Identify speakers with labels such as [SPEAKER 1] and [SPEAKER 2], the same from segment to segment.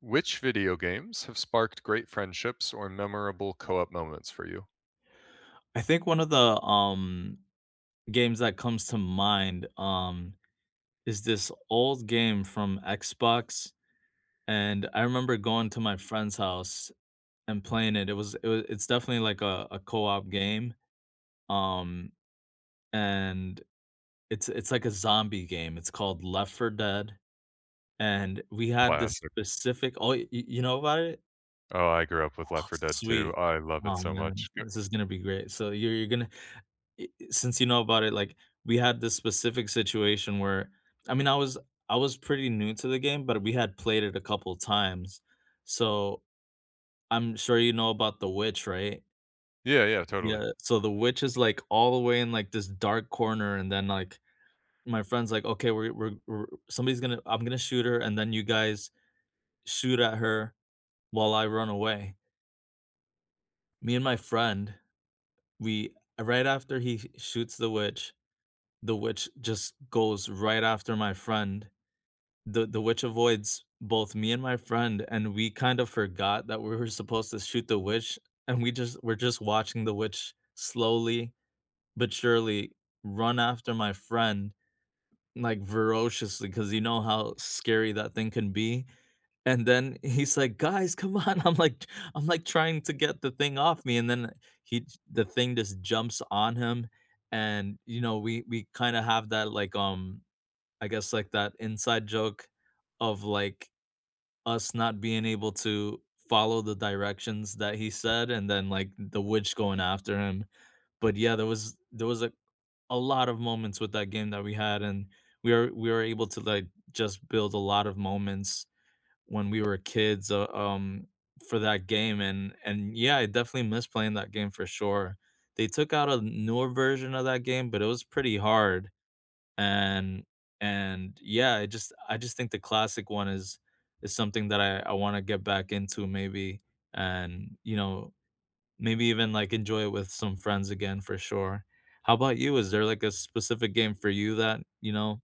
[SPEAKER 1] Which video games have sparked great friendships or memorable co-op moments for you?
[SPEAKER 2] I think one of games that comes to mind, is this old game from Xbox, and I remember going to my friend's house and playing it. It was it's definitely like a co-op game, um, and it's like a zombie game. It's called Left 4 Dead, and we had this
[SPEAKER 1] Classic.
[SPEAKER 2] specific oh, y you know about it?
[SPEAKER 1] Oh, I grew up with Left
[SPEAKER 2] Oh,
[SPEAKER 1] 4 Dead too.
[SPEAKER 2] sweet.
[SPEAKER 1] I love it
[SPEAKER 2] Oh,
[SPEAKER 1] so
[SPEAKER 2] man.
[SPEAKER 1] much. G
[SPEAKER 2] This is gonna be great. So you're gonna since you know about it, like we had this specific situation where I was I was pretty new to the game, but we had played it a couple times. So I'm sure you know about the witch, right?
[SPEAKER 1] Yeah, yeah, totally.
[SPEAKER 2] Yeah. So the witch is like all the way in like this dark corner, and then like my friend's like, okay, we're somebody's gonna I'm gonna shoot her, and then you guys shoot at her while I run away. Me and my friend, we right after he shoots the witch just goes right after my friend the witch avoids both me and my friend, and we kind of forgot that we were supposed to shoot the witch, and we're just watching the witch slowly but surely run after my friend like ferociously because you know how scary that thing can be. And then he's like, "Guys, come on!" I'm like trying to get the thing off me, and then he the thing just jumps on him, and we kind of have that like, I guess like that inside joke of like us not being able to follow the directions that he said and then like the witch going after him. But yeah, there was a lot of moments with that game that we had and we were able to like just build a lot of moments when we were kids for that game and yeah, I definitely miss playing that game for sure. They took out a newer version of that game, but it was pretty hard and and yeah, I just think the classic one is something that I want to get back into maybe, and you know maybe even like enjoy it with some friends again for sure. How about you? Is there like a specific game for you that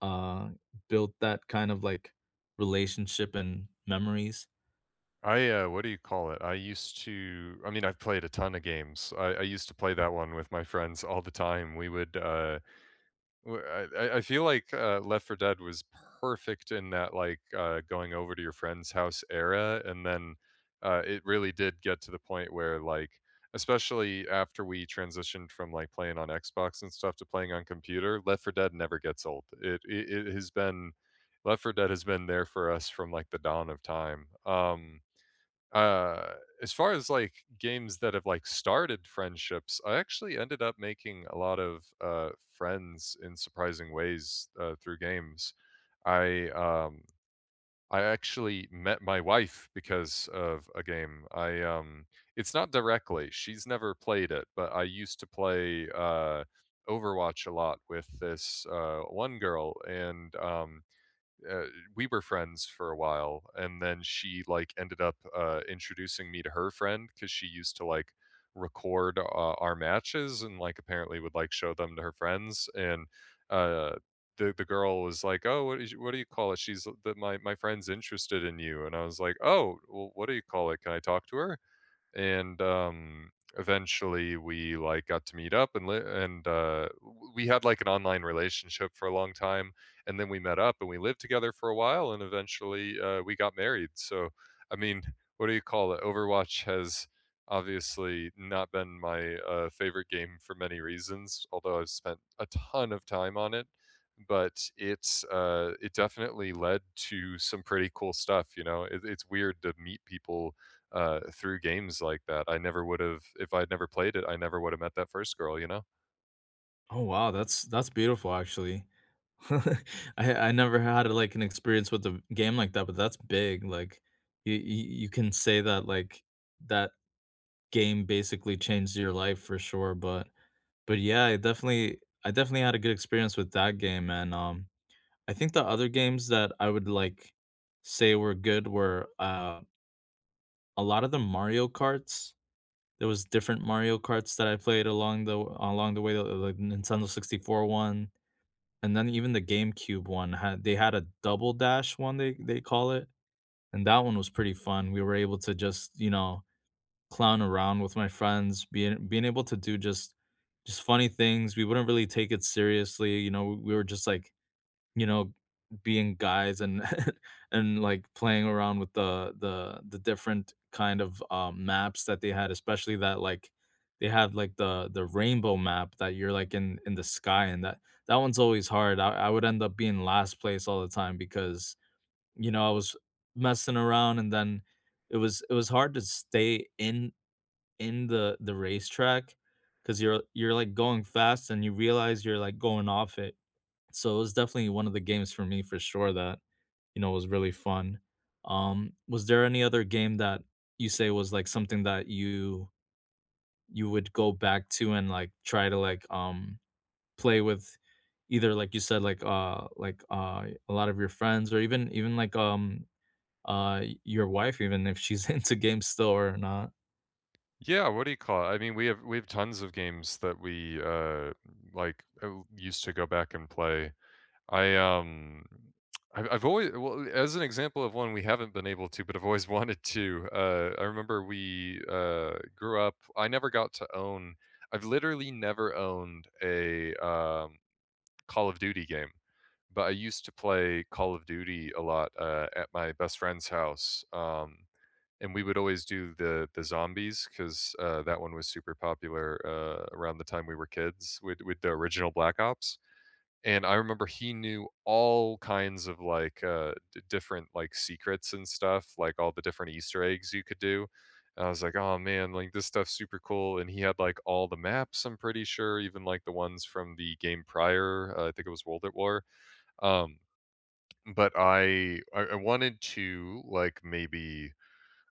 [SPEAKER 2] uh built that kind of like relationship and memories?
[SPEAKER 1] I, what do you call it? I used to I mean, I've played a ton of games. I used to play that one with my friends all the time. We would, Wh- I I feel like, Left 4 Dead was perfect in that, like, going over to your friend's house era, and then, it really did get to the point where, like especially after we transitioned from, like, playing on Xbox and stuff to playing on computer, Left 4 Dead never gets old. It has been Left 4 Dead has been there for us from, like, the dawn of time. Uh, as far as, like, games that have, like, started friendships, I actually ended up making a lot of, friends in surprising ways, through games. I, um I actually met my wife because of a game. I it's not directly, she's never played it, but I used to play, Overwatch a lot with this, one girl, and, uh, we were friends for a while, and then she like ended up introducing me to her friend because she used to like record our matches, and like apparently would like show them to her friends. And uh the, girl was like, "Oh, what, is, what do you call it she's my friend's interested in you." And I was like, "Oh, well, what do you call it can I talk to her?" and Eventually we like got to meet up, and we had like an online relationship for a long time, and then we met up and we lived together for a while, and eventually we got married. So I mean, what do you call it Overwatch has obviously not been my favorite game for many reasons, although I've spent a ton of time on it. But it's it definitely led to some pretty cool stuff, you know. It's weird to meet people through games like that. I never would have. If I'd never played it, I never would have met that first girl, you know?
[SPEAKER 2] Oh wow, that's beautiful actually. I never had, like, an experience with a game like that, but that's big, like, you can say that, like, that game basically changed your life for sure, but yeah, I definitely had a good experience with that game, and I think the other games that I would, like, say were good were a lot of the Mario Karts. There was different Mario Karts that I played along the way, the Nintendo 64 one. And then even the GameCube one had they had a double dash one, they call it, and that one was pretty fun. We were able to just, you know, clown around with my friends, being able to do just funny things. We wouldn't really take it seriously, you know, we were just like you know, being guys and and like playing around with the different kind of maps that they had, especially that like they had like the rainbow map that you're like in the sky, and that one's always hard. I would end up being last place all the time because you know I was messing around, and then it was hard to stay in the racetrack because you're like going fast and you realize you're like going off it, so it was definitely one of the games for me for sure that, you know, was really fun. Was there any other game that you say was like something that you would go back to and like try to like play with either like you said like a lot of your friends or even like your wife even if she's into games still or not?
[SPEAKER 1] Yeah, what do you call it? I mean, we have tons of games that we used to go back and play. I um I've always well, as an example of one we haven't been able to, but I've always wanted to. I remember we grew up. I never got to own. I've literally never owned a Call of Duty game. But I used to play Call of Duty a lot, at my best friend's house, and we would always do the zombies, 'cause, that one was super popular, around the time we were kids, with the original Black Ops. And I remember he knew all kinds of, like, d different, like, secrets and stuff, like, all the different Easter eggs you could do, and I was like, "Oh man, like, this stuff's super cool," and he had, like, all the maps, I'm pretty sure, even, like, the ones from the game prior, I think it was World at War, um, but I wanted to, like, maybe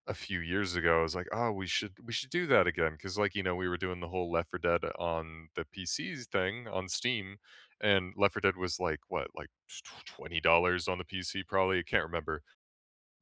[SPEAKER 1] a few years ago, I was like, "Oh, we should do that again." Because like, you know, we were doing the whole Left 4 Dead on the PCs thing on Steam, and Left 4 Dead was like what, like $20 on the PC, probably. I can't remember.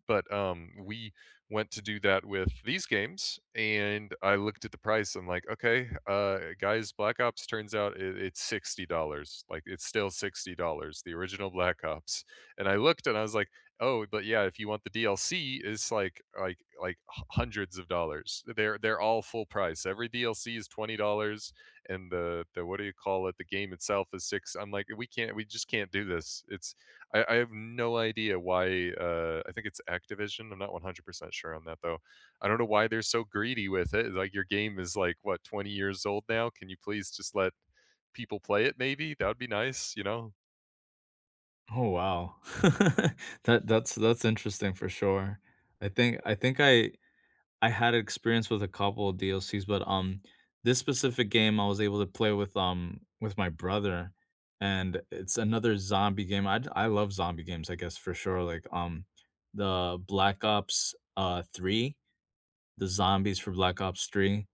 [SPEAKER 1] But, we went to do that with these games, and I looked at the price, I'm like, "Okay, guys, Black Ops turns out it's $60, like, it's still $60, the original Black Ops." And I looked and I was like, "Oh, but yeah, if you want the DLC, it's like h hundreds of dollars." They're all full price. Every DLC is $20 and the what do you call it? the game itself is 6 I'm like, we just can't do this." It's I have no idea why. I think it's Activision. I'm not 100% sure on that though. I don't know why they're so greedy with it. Like, your game is like what, 20 years old now. Can you please just let people play it? Maybe that would be nice. You know.
[SPEAKER 2] Oh wow. That's interesting for sure. I think I I had experience with a couple of DLCs, but this specific game I was able to play with with my brother, and it's another zombie game. I love zombie games, I guess, for sure, like the Black Ops 3, the zombies for Black Ops 3,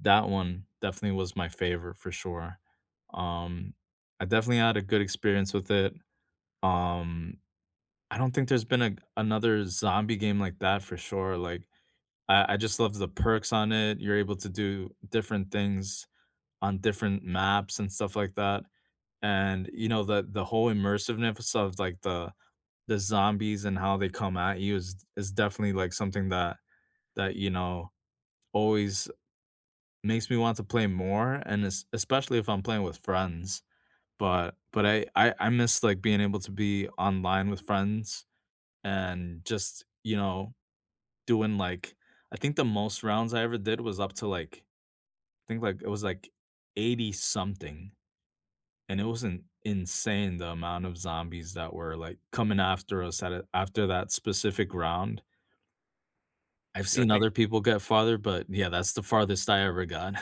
[SPEAKER 2] that one definitely was my favorite for sure. Um, I definitely had a good experience with it. Um, I don't think there's been a another zombie game like that for sure, like, I just love the perks on it. You're able to do different things on different maps and stuff like that. And, you know, the whole immersiveness of, like, the zombies and how they come at you is definitely, like, something that, you know, always makes me want to play more, and es especially if I'm playing with friends. But I miss, like, being able to be online with friends and just, you know, doing, like I think the most rounds I ever did was up to, like, it was like 80 something, and it wasn't insane the amount of zombies that were like coming after us at after that specific round. I've
[SPEAKER 1] Yeah, I
[SPEAKER 2] seen
[SPEAKER 1] think
[SPEAKER 2] other people get farther, but yeah, that's the farthest I ever got.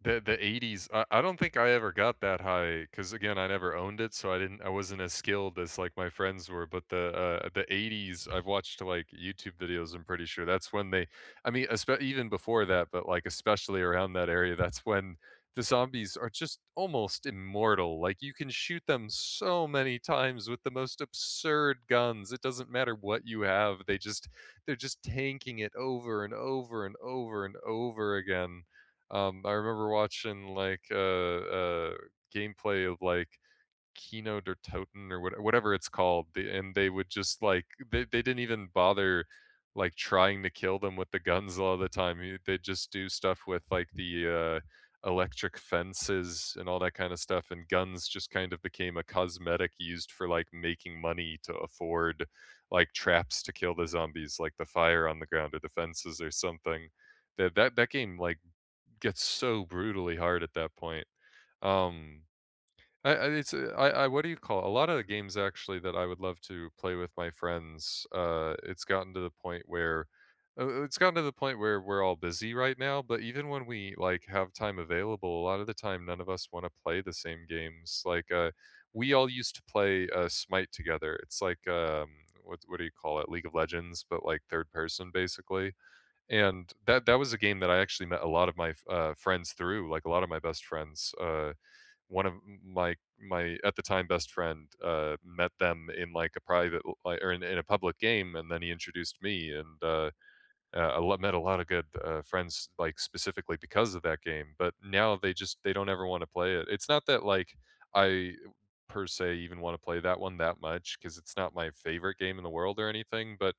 [SPEAKER 1] The 80s, I don't think I ever got that high, because again, I never owned it, so I wasn't as skilled as, like, my friends were, but the 80s, I've watched, like, YouTube videos, I'm pretty sure that's when they I mean, espe even before that, but, like, especially around that area, that's when the zombies are just almost immortal, like, you can shoot them so many times with the most absurd guns, it doesn't matter what you have, they just they're just tanking it over and over and over and over again. I remember watching like gameplay of like Kino der Toten or whatever it's called, and they would just like they didn't even bother like trying to kill them with the guns a lot of the time. They'd just do stuff with like the electric fences and all that kind of stuff, and guns just kind of became a cosmetic used for like making money to afford like traps to kill the zombies, like the fire on the ground or the fences or something. That game like gets so brutally hard at that point. Um, I it's I what do you call it? A lot of the games actually that I would love to play with my friends. It's gotten to the point where we're all busy right now. But even when we like have time available, a lot of the time none of us want to play the same games. Like we all used to play Smite together. It's like what do you call it? League of Legends, but like third person basically. And that was a game that I actually met a lot of my friends through, like, a lot of my best friends, one of my at the time best friend, met them in, like, a private like, or in a public game, and then he introduced me, and, met a lot of good friends like specifically because of that game, but now they just they don't ever want to play it. It's not that like I per se even want to play that one that much, because it's not my favorite game in the world or anything, but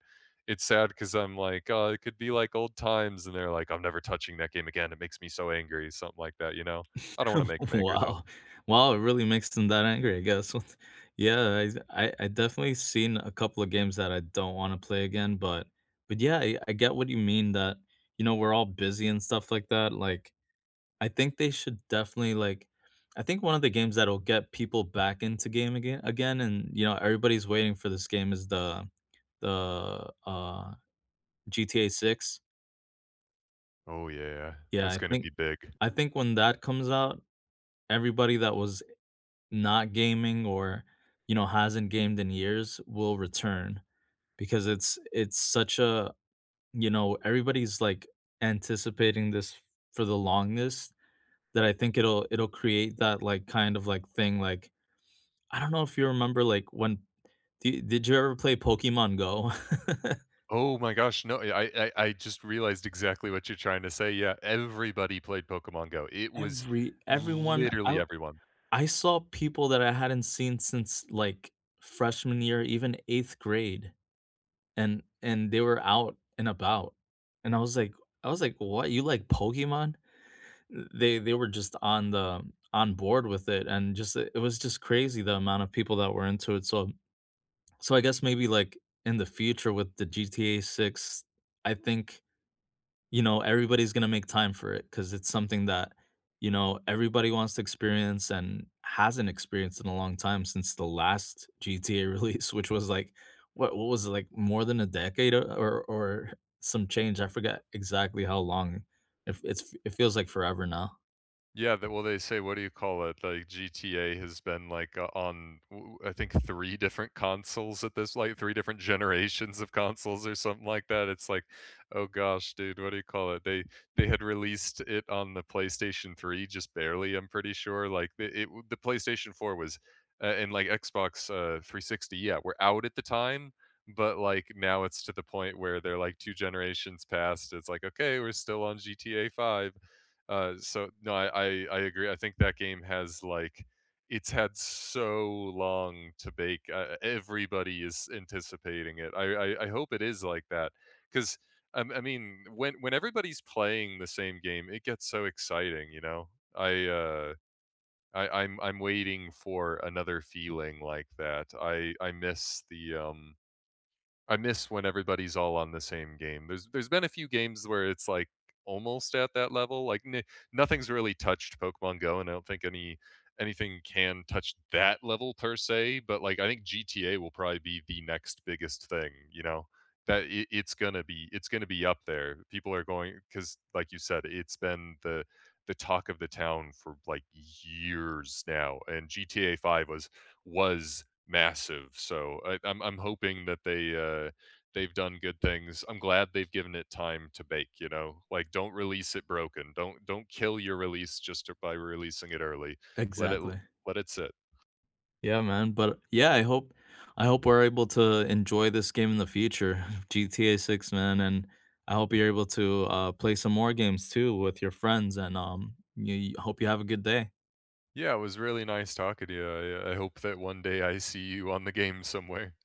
[SPEAKER 1] it's sad because I'm like, "Oh, it could be like old times," and they're like, "I'm never touching that game again. It makes me so angry," something like that, you know. I don't want to make them angry though.
[SPEAKER 2] Wow, wow, it really makes them that angry, I guess. Yeah, I I definitely seen a couple of games that I don't want to play again, but yeah, I get what you mean that you know we're all busy and stuff like that. Like I think they should definitely like I think one of the games that'll get people back into game again and you know everybody's waiting for this game is the GTA 6.
[SPEAKER 1] Oh yeah,
[SPEAKER 2] Yeah,
[SPEAKER 1] that's
[SPEAKER 2] I
[SPEAKER 1] gonna
[SPEAKER 2] think
[SPEAKER 1] be big.
[SPEAKER 2] I think when that comes out everybody that was not gaming or you know hasn't gamed in years will return because it's such a you know everybody's like anticipating this for the longest that I think it'll create that like kind of like thing, like I don't know if you remember, like, when did you ever play Pokemon Go?
[SPEAKER 1] Oh my gosh, no, I just realized exactly what you're trying to say, yeah, everybody played Pokemon Go, it was
[SPEAKER 2] Everyone
[SPEAKER 1] literally everyone.
[SPEAKER 2] I saw people that I hadn't seen since, like, freshman year, even 8th grade, and they were out and about, and I was like, "What? You like Pokemon?" They were just on the on board with it, and just it was just crazy the amount of people that were into it, so so I guess maybe, like, in the future with the GTA 6, I think you know, everybody's gonna make time for it because it's something that, you know, everybody wants to experience and hasn't experienced in a long time since the last GTA release, which was like, what was it like more than a decade or some change? I forget exactly how long. If it's it feels like forever now.
[SPEAKER 1] Yeah, that well, they say, what do you call it? Like GTA has been like I think, three different consoles at this, like three different generations of consoles or something like that. It's like, oh gosh, dude, what do you call it? They had released it on the PlayStation 3 just barely, I'm pretty sure. Like the PlayStation 4 was, and like Xbox 360, yeah, were out at the time. But like now it's to the point where they're like two generations past. It's like, okay, we're still on GTA 5 so no, I agree. I think that game has like it's had so long to bake. Everybody is anticipating it. I hope it is like that, because I mean when everybody's playing the same game, it gets so exciting. You know, I uh I I'm waiting for another feeling like that. I miss the I miss when everybody's all on the same game. There's been a few games where it's, like, almost at that level, like, n nothing's really touched Pokemon Go, and I don't think anything can touch that level per se, but, like, I think GTA will probably be the next biggest thing, you know? That it's gonna be up there. People are going because, like you said, it's been the talk of the town for, like, years now, and GTA 5 was was massive, so I'm hoping that they, they've done good things. I'm glad they've given it time to bake, you know? Like, don't release it broken. Don't kill your release just to by releasing it early. Let it
[SPEAKER 2] Exactly.
[SPEAKER 1] let it sit.
[SPEAKER 2] Yeah, man. But yeah, I hope we're able to enjoy this game in the future, GTA 6, man, and I hope you're able to play some more games too with your friends. And you- hope you have a good day.
[SPEAKER 1] Yeah, it was really nice talking to you. I hope that one day I see you on the game somewhere.